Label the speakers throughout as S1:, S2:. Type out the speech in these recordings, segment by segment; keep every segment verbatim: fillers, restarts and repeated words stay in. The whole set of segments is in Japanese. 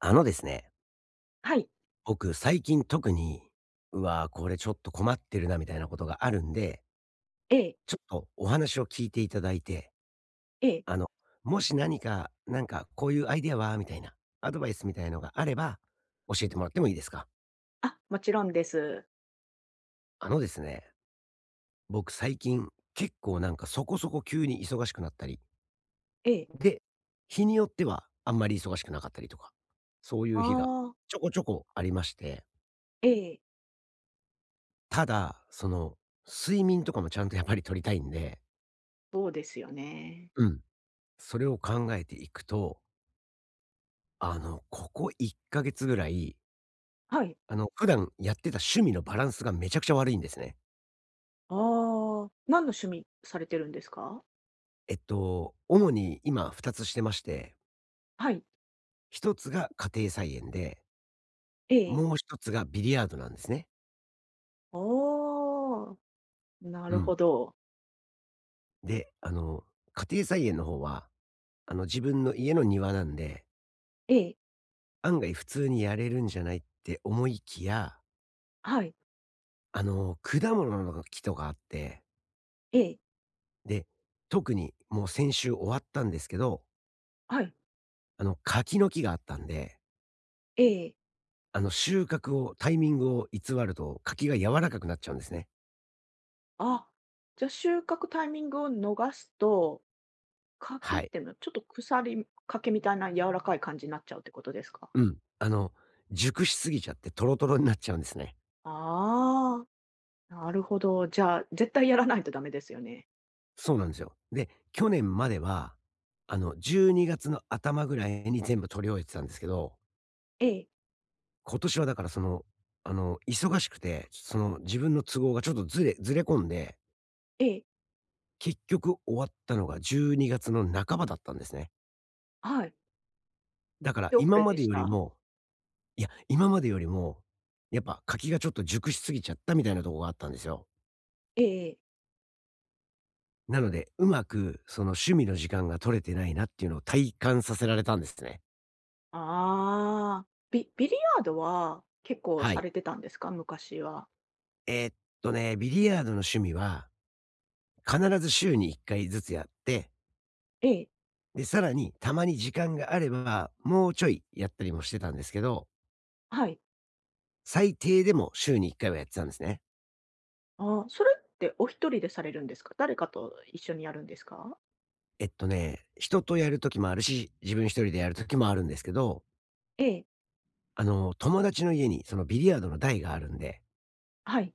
S1: あのですね、
S2: はい。
S1: 僕最近特に、うわー、これちょっと困ってるなみたいなことがあるんで、
S2: ええ、
S1: ちょっとお話を聞いていただいて、
S2: ええ。
S1: あの、もし何か、なんかこういうアイデアはみたいな、アドバイスみたいのがあれば、教えてもらってもいいですか？
S2: あ、もちろんです。
S1: あのですね、僕最近、結構なんかそこそこ急に忙しくなったり、
S2: ええ。
S1: で、日によってはあんまり忙しくなかったりとか、そうい
S2: あ
S1: う日が
S2: あ、
S1: ちょこちょこありまして、
S2: ええ、
S1: ただ、その、睡眠とかもちゃんとやっぱり取りたいんで
S2: そうですよね。
S1: うん。それを考えていくと、あの、ここいっかげつぐらい、
S2: はい。
S1: あの、普段やってた趣味のバランスがめちゃくちゃ悪いんですね。
S2: ああ、何の趣味されてるんですか？
S1: えっと、主に今ふたつしてまして、
S2: はい。
S1: 一つが家庭菜園で、
S2: ええ。
S1: もう一つがビリヤードなんですね。
S2: ああ、な
S1: う
S2: る
S1: ん。
S2: ほど。
S1: で、あの、家庭菜園の方は、あの、自分の家の庭なんで、
S2: ええ、
S1: 案外普通にやれるんじゃないって思いきや、
S2: はい、
S1: あの、果物の木とかあって、
S2: ええ、
S1: で、特にもう先週終わったんですけど、
S2: はい、
S1: あの、柿の木があったんで、
S2: ええ。
S1: あの、収穫をタイミングを偽ると、柿が柔らかくなっちゃうんですね。
S2: あ、じゃ、収穫タイミングを逃すと、柿
S1: は
S2: っ
S1: い。
S2: ていうのはちょっと腐りけみたいな柔らかい感じになっちゃうってことですか？
S1: うん。あの、熟しすぎちゃってトロトロになっちゃうんですね。
S2: ああ、なるほど。じゃあ、絶対やらないとダメですよね。
S1: そうなんですよ。で、去年までは、あの、じゅうにがつの頭ぐらいに全部取り終えてたんですけど、
S2: ええ。
S1: 今年はだからその、あの、忙しくて、その自分の都合がちょっとずれずれ込んで、
S2: ええ、
S1: 結局終わったのがじゅうにがつの半ばだったんですね。
S2: はい。
S1: だから
S2: 手遅
S1: 今
S2: れ
S1: ま
S2: で
S1: で
S2: し
S1: より
S2: た？
S1: もいや、今までよりも、やっぱ柿がちょっと熟しすぎちゃったみたいなとこがあったんですよ。
S2: ええええ。
S1: なので、うまくその趣味の時間が取れてないなっていうのを体感させられたんですね。
S2: ああ、ビビリヤードは結構
S1: は
S2: さ
S1: い。
S2: れてたんですか？昔は。
S1: えーっとね、ビリヤードの趣味は必ず週にいっかいずつやって、
S2: ええ、
S1: で、さらにたまに時間があればもうちょいやったりもしてたんですけど、
S2: はい。
S1: 最低でも週にいっかいはやってたんですね。
S2: ああ、それってお一人でされるんですか？誰かと一緒にやるんですか？
S1: えっとね、人とやるときもあるし、自分一人でやるときもあるんですけど、
S2: ええ、
S1: あの、友達の家にそのビリヤードの台があるんで、
S2: はい。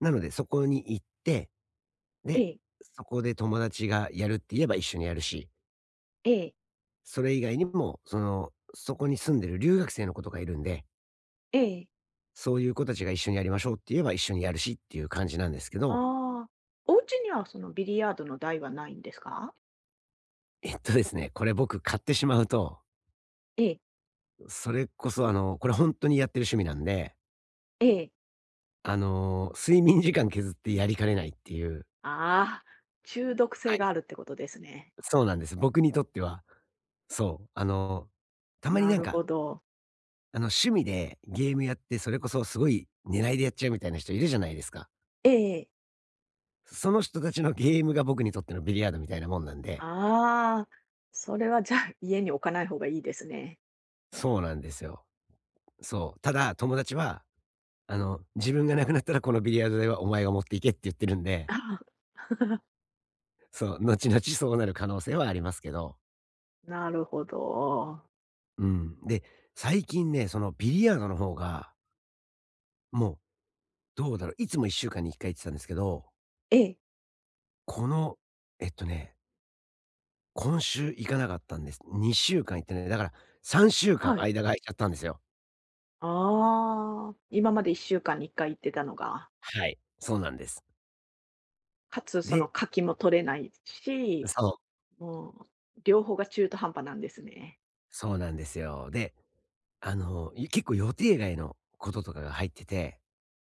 S1: なので、そこに行って、
S2: え
S1: で、
S2: え、
S1: そこで友達がやるって言えば一緒にやるし、
S2: ええ、
S1: それ以外にも、その、そこに住んでる留学生の子とかいるんで、
S2: ええ。
S1: そういう子たちが一緒にやりましょうって言えば一緒にやるしっていう感じなんですけど、
S2: ああ、お家にはそのビリヤードの台はないんですか？
S1: えっとですね、これ僕買ってしまうと、
S2: ええ、
S1: それこそあの、これ本当にやってる趣味なんで、
S2: ええ。
S1: あの、睡眠時間削ってやりかねないっていう
S2: ああ、中毒性
S1: は
S2: が
S1: い、
S2: あるってことですね。
S1: そうなんです。僕にとっては。そう、あの、たまに
S2: な
S1: なん
S2: るほ
S1: か
S2: ど。
S1: あの、趣味でゲームやって、それこそすごい狙いでやっちゃうみたいな人いるじゃないですか。
S2: えええ。
S1: その人たちのゲームが僕にとってのビリヤードみたいなもんなんで。
S2: ああ、それはじゃあ、家に置かない方がいいですね。
S1: そうなんですよ。そう。ただ、友達は、あの、自分が亡くなったらこのビリヤード台はお前が持っていけって言ってるんで、
S2: ああ、
S1: そう、後々そうなる可能性はありますけど。
S2: なるほど。
S1: うん。で、最近ね、そのビリヤードの方が、もう、どうだろう、いつもいっしゅうかんにいっかい行ってたんですけど、
S2: ええ、
S1: この、えっとね今週行かなかったんです。にしゅうかん行ってない。だからさんしゅうかんが
S2: はい。
S1: 空いちゃったんですよ。
S2: ああ、今までいっしゅうかんにいっかい行ってたのが、
S1: はい、そうなんです。
S2: かつその
S1: で
S2: 柿も取れないし、
S1: そう、
S2: もう両方が中途半端なんですね。
S1: そうなんですよ。で、あの、い結構予定外のこととかが入ってて、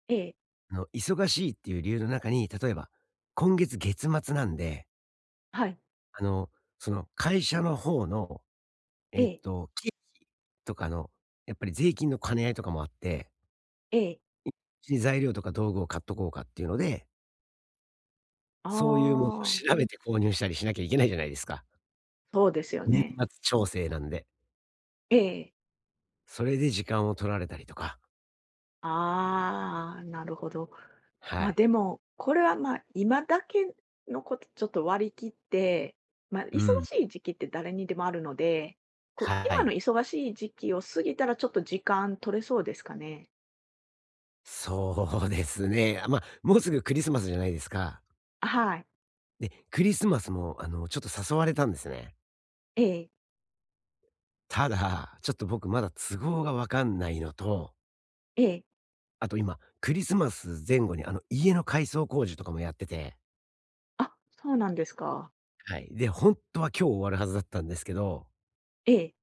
S2: ええ、
S1: あの、忙しいっていう理由の中に、例えば、今月月末なんで、
S2: はい、
S1: あの、その会社の方の、
S2: え
S1: えっ
S2: え、
S1: と、経費とかの、やっぱり税金の兼ね合いとかもあって、
S2: ええ、
S1: で材料とか道具を買っとこうかっていうので、
S2: あ
S1: そういうものを
S2: あ、
S1: 調べて購入したりしなきゃいけないじゃないですか。
S2: そうですよ
S1: 年
S2: ね。
S1: 末調整なんで、
S2: ええ。
S1: それで時間を取られたりとか、
S2: ああ、なるほど。
S1: は
S2: ま、
S1: い。
S2: でも、これは、ま、今だけのことちょっと割り切って、ま、忙
S1: うん。
S2: しい時期って誰にでもあるので、こう、
S1: は
S2: 今の
S1: い。
S2: 忙しい時期を過ぎたらちょっと時間取れそうですかね？
S1: そうですね。あ、まあ、もうすぐクリスマスじゃないですか。
S2: あ、はい。
S1: で、クリスマスもあの、ちょっと誘われたんですね。
S2: ええ、
S1: ただ、ちょっと僕まだ都合がわかんないのと、
S2: ええ。
S1: あと今、クリスマス前後にあの、家の改装工事とかもやってて、
S2: あ、そうなんですか。
S1: はい。で、本当は今日終わるはずだったんですけど、
S2: ええ。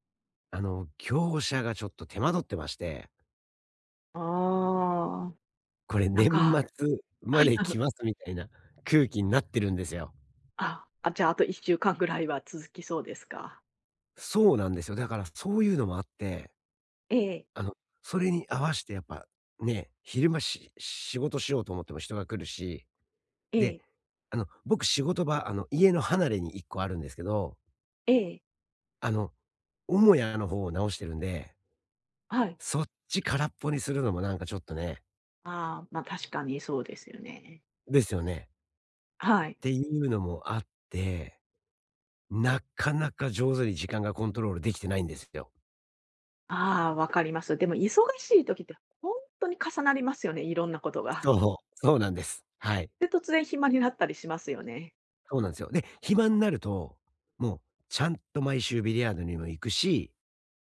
S1: あの、業者がちょっと手間取ってまして
S2: ああ、
S1: これ
S2: なん
S1: 年
S2: か、
S1: 末まで来 ますみたいな空気になってるんですよ。
S2: あ、あ、じゃあ、あといっしゅうかんぐらいは続きそうですか？
S1: そうなんですよ。だからそういうのもあって、
S2: ええ、
S1: あの、それに合わしてやっぱね、昼間し仕事しようと思っても人が来るし、
S2: え
S1: で、
S2: え、
S1: あの、僕仕事場、あの、家の離れにいっこあるんですけど、
S2: ええ、
S1: あの、母屋の方を直してるんで、
S2: はい。
S1: そっち空っぽにするのもなんかちょっとね
S2: ああ、ま、確かにそうですよね。
S1: ですよね。っ
S2: はい。
S1: ていうのもあって、なかなか上手に時間がコントロールできてないんですよ。
S2: ああ、わかります。でも忙しい時って、本当に重なりますよね、いろんなことが。
S1: そう、そうなんです。はい。
S2: で、突然暇になったりしますよね。
S1: そうなんですよ。で、暇になると、もうちゃんと毎週ビリヤードにも行くし、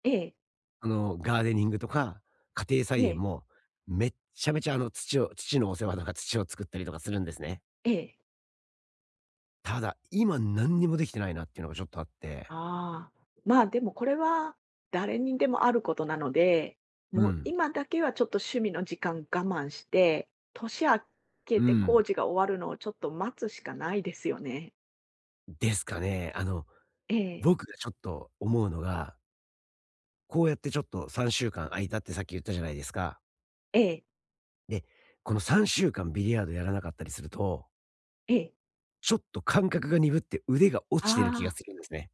S2: ええ、
S1: あの、ガーデニングとか家庭
S2: え
S1: 菜園
S2: え、
S1: も、めっちゃめちゃあの土を土のお世話とか土を作ったりとかするんですね。
S2: ええ。
S1: ただ、今何にもできてないなっていうのがちょっとあって。
S2: ああ、まあ、でもこれは誰にでもあることなので、
S1: う
S2: もう
S1: ん。
S2: 今だけはちょっと趣味の時間我慢して、年明け
S1: う
S2: て工
S1: ん。
S2: 事が終わるのをちょっと待つしかないですよね。
S1: ですかね。あの、
S2: ええ、
S1: 僕がちょっと思うのが、こうやってちょっとさんしゅうかん空いたってさっき言ったじゃないですか。
S2: ええ、
S1: で、このさんしゅうかんビリヤードやらなかったりすると
S2: ええ。
S1: ちょっと感覚が鈍って腕が落ちてる気が
S2: ああ、
S1: するんですね。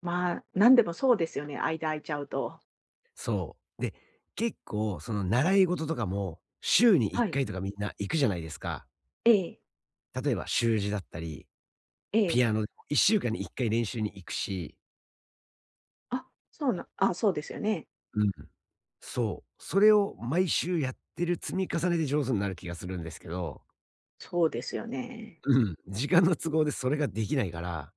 S2: まあ、なんでもそうですよね、間空いちゃうと。
S1: そう。で、結構その習い事とかも、週に1
S2: はい。
S1: 回とかみんな行くじゃないですか。
S2: ええ、
S1: 例えば習字だったり、
S2: ええ。
S1: ピアノでもいっしゅうかんにいっかい練習に行くし、
S2: あ、そうなあ、そうですよね。
S1: うん、そう。それを毎週やってる積み重ねで上手になる気がするんですけど、
S2: そうですよね。
S1: うん、時間の都合でそれができないから、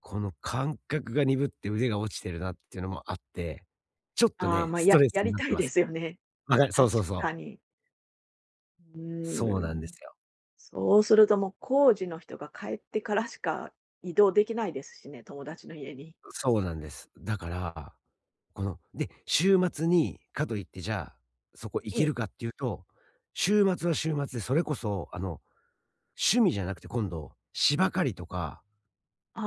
S1: この感覚が鈍って腕が落ちてるなっていうのもあって、ちょっと
S2: ああ、
S1: ね、
S2: まあ、
S1: スト
S2: や
S1: レ
S2: や
S1: スに
S2: り
S1: なっ
S2: た
S1: て
S2: い
S1: ま
S2: で
S1: す。
S2: すよね。
S1: わかる、そ
S2: 確
S1: うそうそう。
S2: かに。う
S1: そう
S2: ー
S1: なんで
S2: ん。
S1: すよ。
S2: そうするともう工事の人が帰ってからしか移動できないですしね、友達の家に。
S1: そうなんです。だから、この、で、週末に、かといってじゃあ、そこ行
S2: え
S1: ける
S2: え。
S1: かっていうと、週末は週末でそれこそ、あの、趣味じゃなくて今度、芝刈りとか、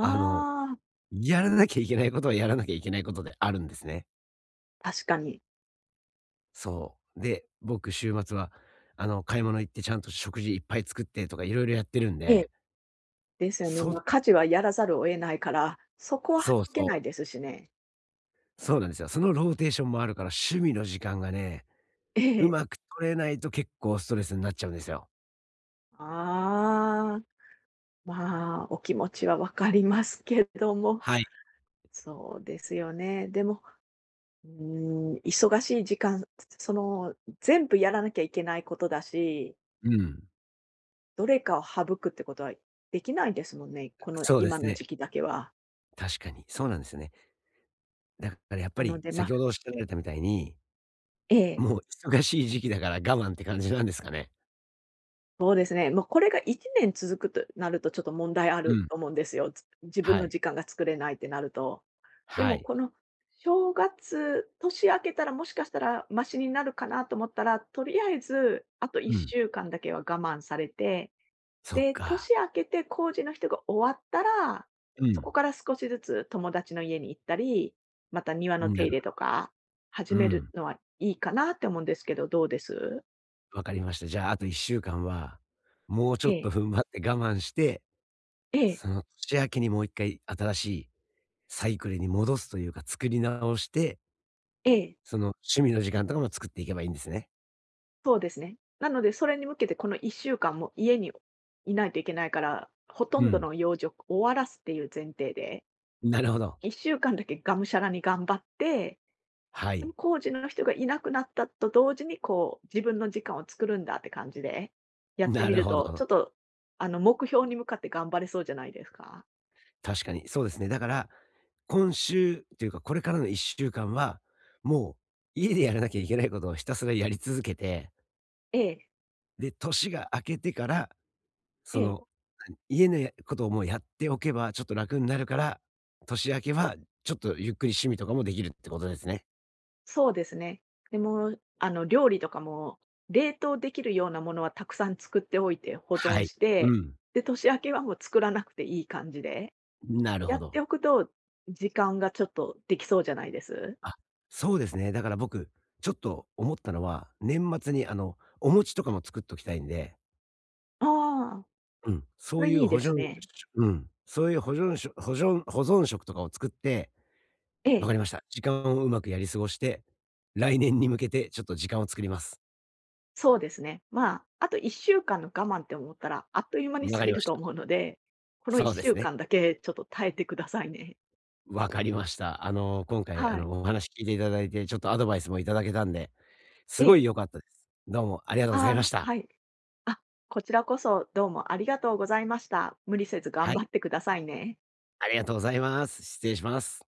S1: あの、
S2: あ、
S1: やらなきゃいけないことはやらなきゃいけないことであるんですね。
S2: 確かに。
S1: そう。で、僕週末は、あの、買い物行ってちゃんと食事いっぱい作ってとかいろいろやってるん
S2: え
S1: で、
S2: え、ですよね。
S1: そ
S2: まあ、家事はやらざるを得ないから、そこは
S1: そう
S2: 省け
S1: そ
S2: ない
S1: う。
S2: ですしね。
S1: そうなんですよ。そのローテーションもあるから、趣味の時間がね、
S2: え
S1: う
S2: え。
S1: まく取れないと結構ストレスになっちゃうんですよ。
S2: ああ、まあ、お気持ちは分かりますけども、
S1: はい。
S2: そうですよね。でもうーん、忙しい時間、その、全部やらなきゃいけないことだし、
S1: うん。
S2: どれかを省くってことはできないですもんね、この
S1: そうで
S2: 今
S1: す
S2: の
S1: ね。
S2: 時期だけは。
S1: 確かに。そうなんですよね。だからやっぱ
S2: なの
S1: り、
S2: で、ま
S1: 先
S2: あ、
S1: ほどおっしゃられたみたいに、
S2: ええ、
S1: もう忙しい時期だから我慢って感じなんですかね。
S2: そうですね、もうこれがいちねん続くとなるとちょっと問題あ
S1: う
S2: る
S1: ん。
S2: と思うんですよ。つ自分
S1: は
S2: の
S1: い。
S2: 時間が作れないってなると。で
S1: は
S2: も
S1: い。
S2: この正月、年明けたらもしかしたらマシになるかなと思ったら、とりあえずあと
S1: う
S2: 1
S1: ん。
S2: 週間だけは我慢されて
S1: そっ
S2: で、
S1: か。
S2: 年明けて工事の人が終わったら、
S1: う
S2: そこ
S1: ん。
S2: から少しずつ友達の家に行ったり、また庭の手
S1: な
S2: 入
S1: る
S2: れとか始
S1: う
S2: める
S1: ん。
S2: のはいいかなって思うんですけど、どうです
S1: わかりました。じゃあ、あといっしゅうかんは、もうち
S2: え
S1: ょっと
S2: え、
S1: 踏ん張って我慢して、
S2: ええ、
S1: その年明けにもういっかい新しいサイクルに戻すというか、作り直して、
S2: ええ、
S1: その趣味の時間とかも作っていけばいいんですね。
S2: そうですね。なので、それに向けてこのいっしゅうかんも家にいないといけないから、ほと
S1: う
S2: んど
S1: ん。
S2: の用事を終わらすっていう前提で、
S1: な
S2: も
S1: るほど。
S2: ういっしゅうかんだけがむしゃらに頑張って、
S1: は
S2: でも
S1: い。
S2: 工事の人がいなくなったと同時に、こう、自分の時間を作るんだって感じで、やって
S1: な
S2: み
S1: る
S2: る
S1: ほ
S2: と、
S1: ど。
S2: ちょっと、あの、目標に向かって頑張れそうじゃないですか？
S1: 確かに、そうですね。だから、今週というか、これからのいっしゅうかんは、もう家でやらなきゃいけないことをひたすらやり続けて、
S2: ええ、
S1: で、年が明けてから、
S2: え
S1: そ
S2: え、
S1: の、家のやことをもうやっておけばちょっと楽になるから、年明けはちょっとゆっくり趣味とかもできるってことですね。
S2: そうですね。でも、あの、料理とかも、冷凍できるようなものはたくさん作っておいて保
S1: は
S2: 存
S1: い。
S2: し
S1: う
S2: て、
S1: ん。
S2: で、年明けはもう作らなくていい感じで、
S1: なる
S2: や
S1: ほ
S2: って
S1: ど。
S2: おくと、時間がちょっとできそうじゃないです？
S1: あ、そうですね。だから僕、ちょっと思ったのは、年末にあの、お餅とかも作っときたいんで
S2: ああ、
S1: うん、
S2: そ
S1: そう
S2: れ
S1: い
S2: い
S1: う
S2: い
S1: 保
S2: で
S1: 存
S2: す
S1: 食
S2: ね。
S1: うん、そういう保存し保存保存食とかを作って、
S2: え
S1: わ
S2: え。
S1: かりました。時間をうまくやり過ごして、来年に向けてちょっと時間を作ります。
S2: そうですね。まあ、あといっしゅうかんの我慢って思ったら、あっという間に
S1: わ
S2: 過
S1: か
S2: ぎ
S1: りま
S2: る
S1: し
S2: と
S1: た。
S2: 思うので、この
S1: そうで
S2: 1
S1: す
S2: 週
S1: ね。
S2: 間だけちょっと耐えてくださいね。
S1: わかりました。あの、今回、あ
S2: はい。
S1: の、お話聞いていただいて、ちょっとアドバイスもいただけたんで、
S2: え
S1: すごい
S2: え。
S1: 良かったです。どうもありがとうございま
S2: あ
S1: し
S2: あ、
S1: た。
S2: はい。あ、こちらこそどうもありがとうございました。無理せず頑
S1: はい、
S2: 張ってくださいね。
S1: ありがとうございます。失礼します。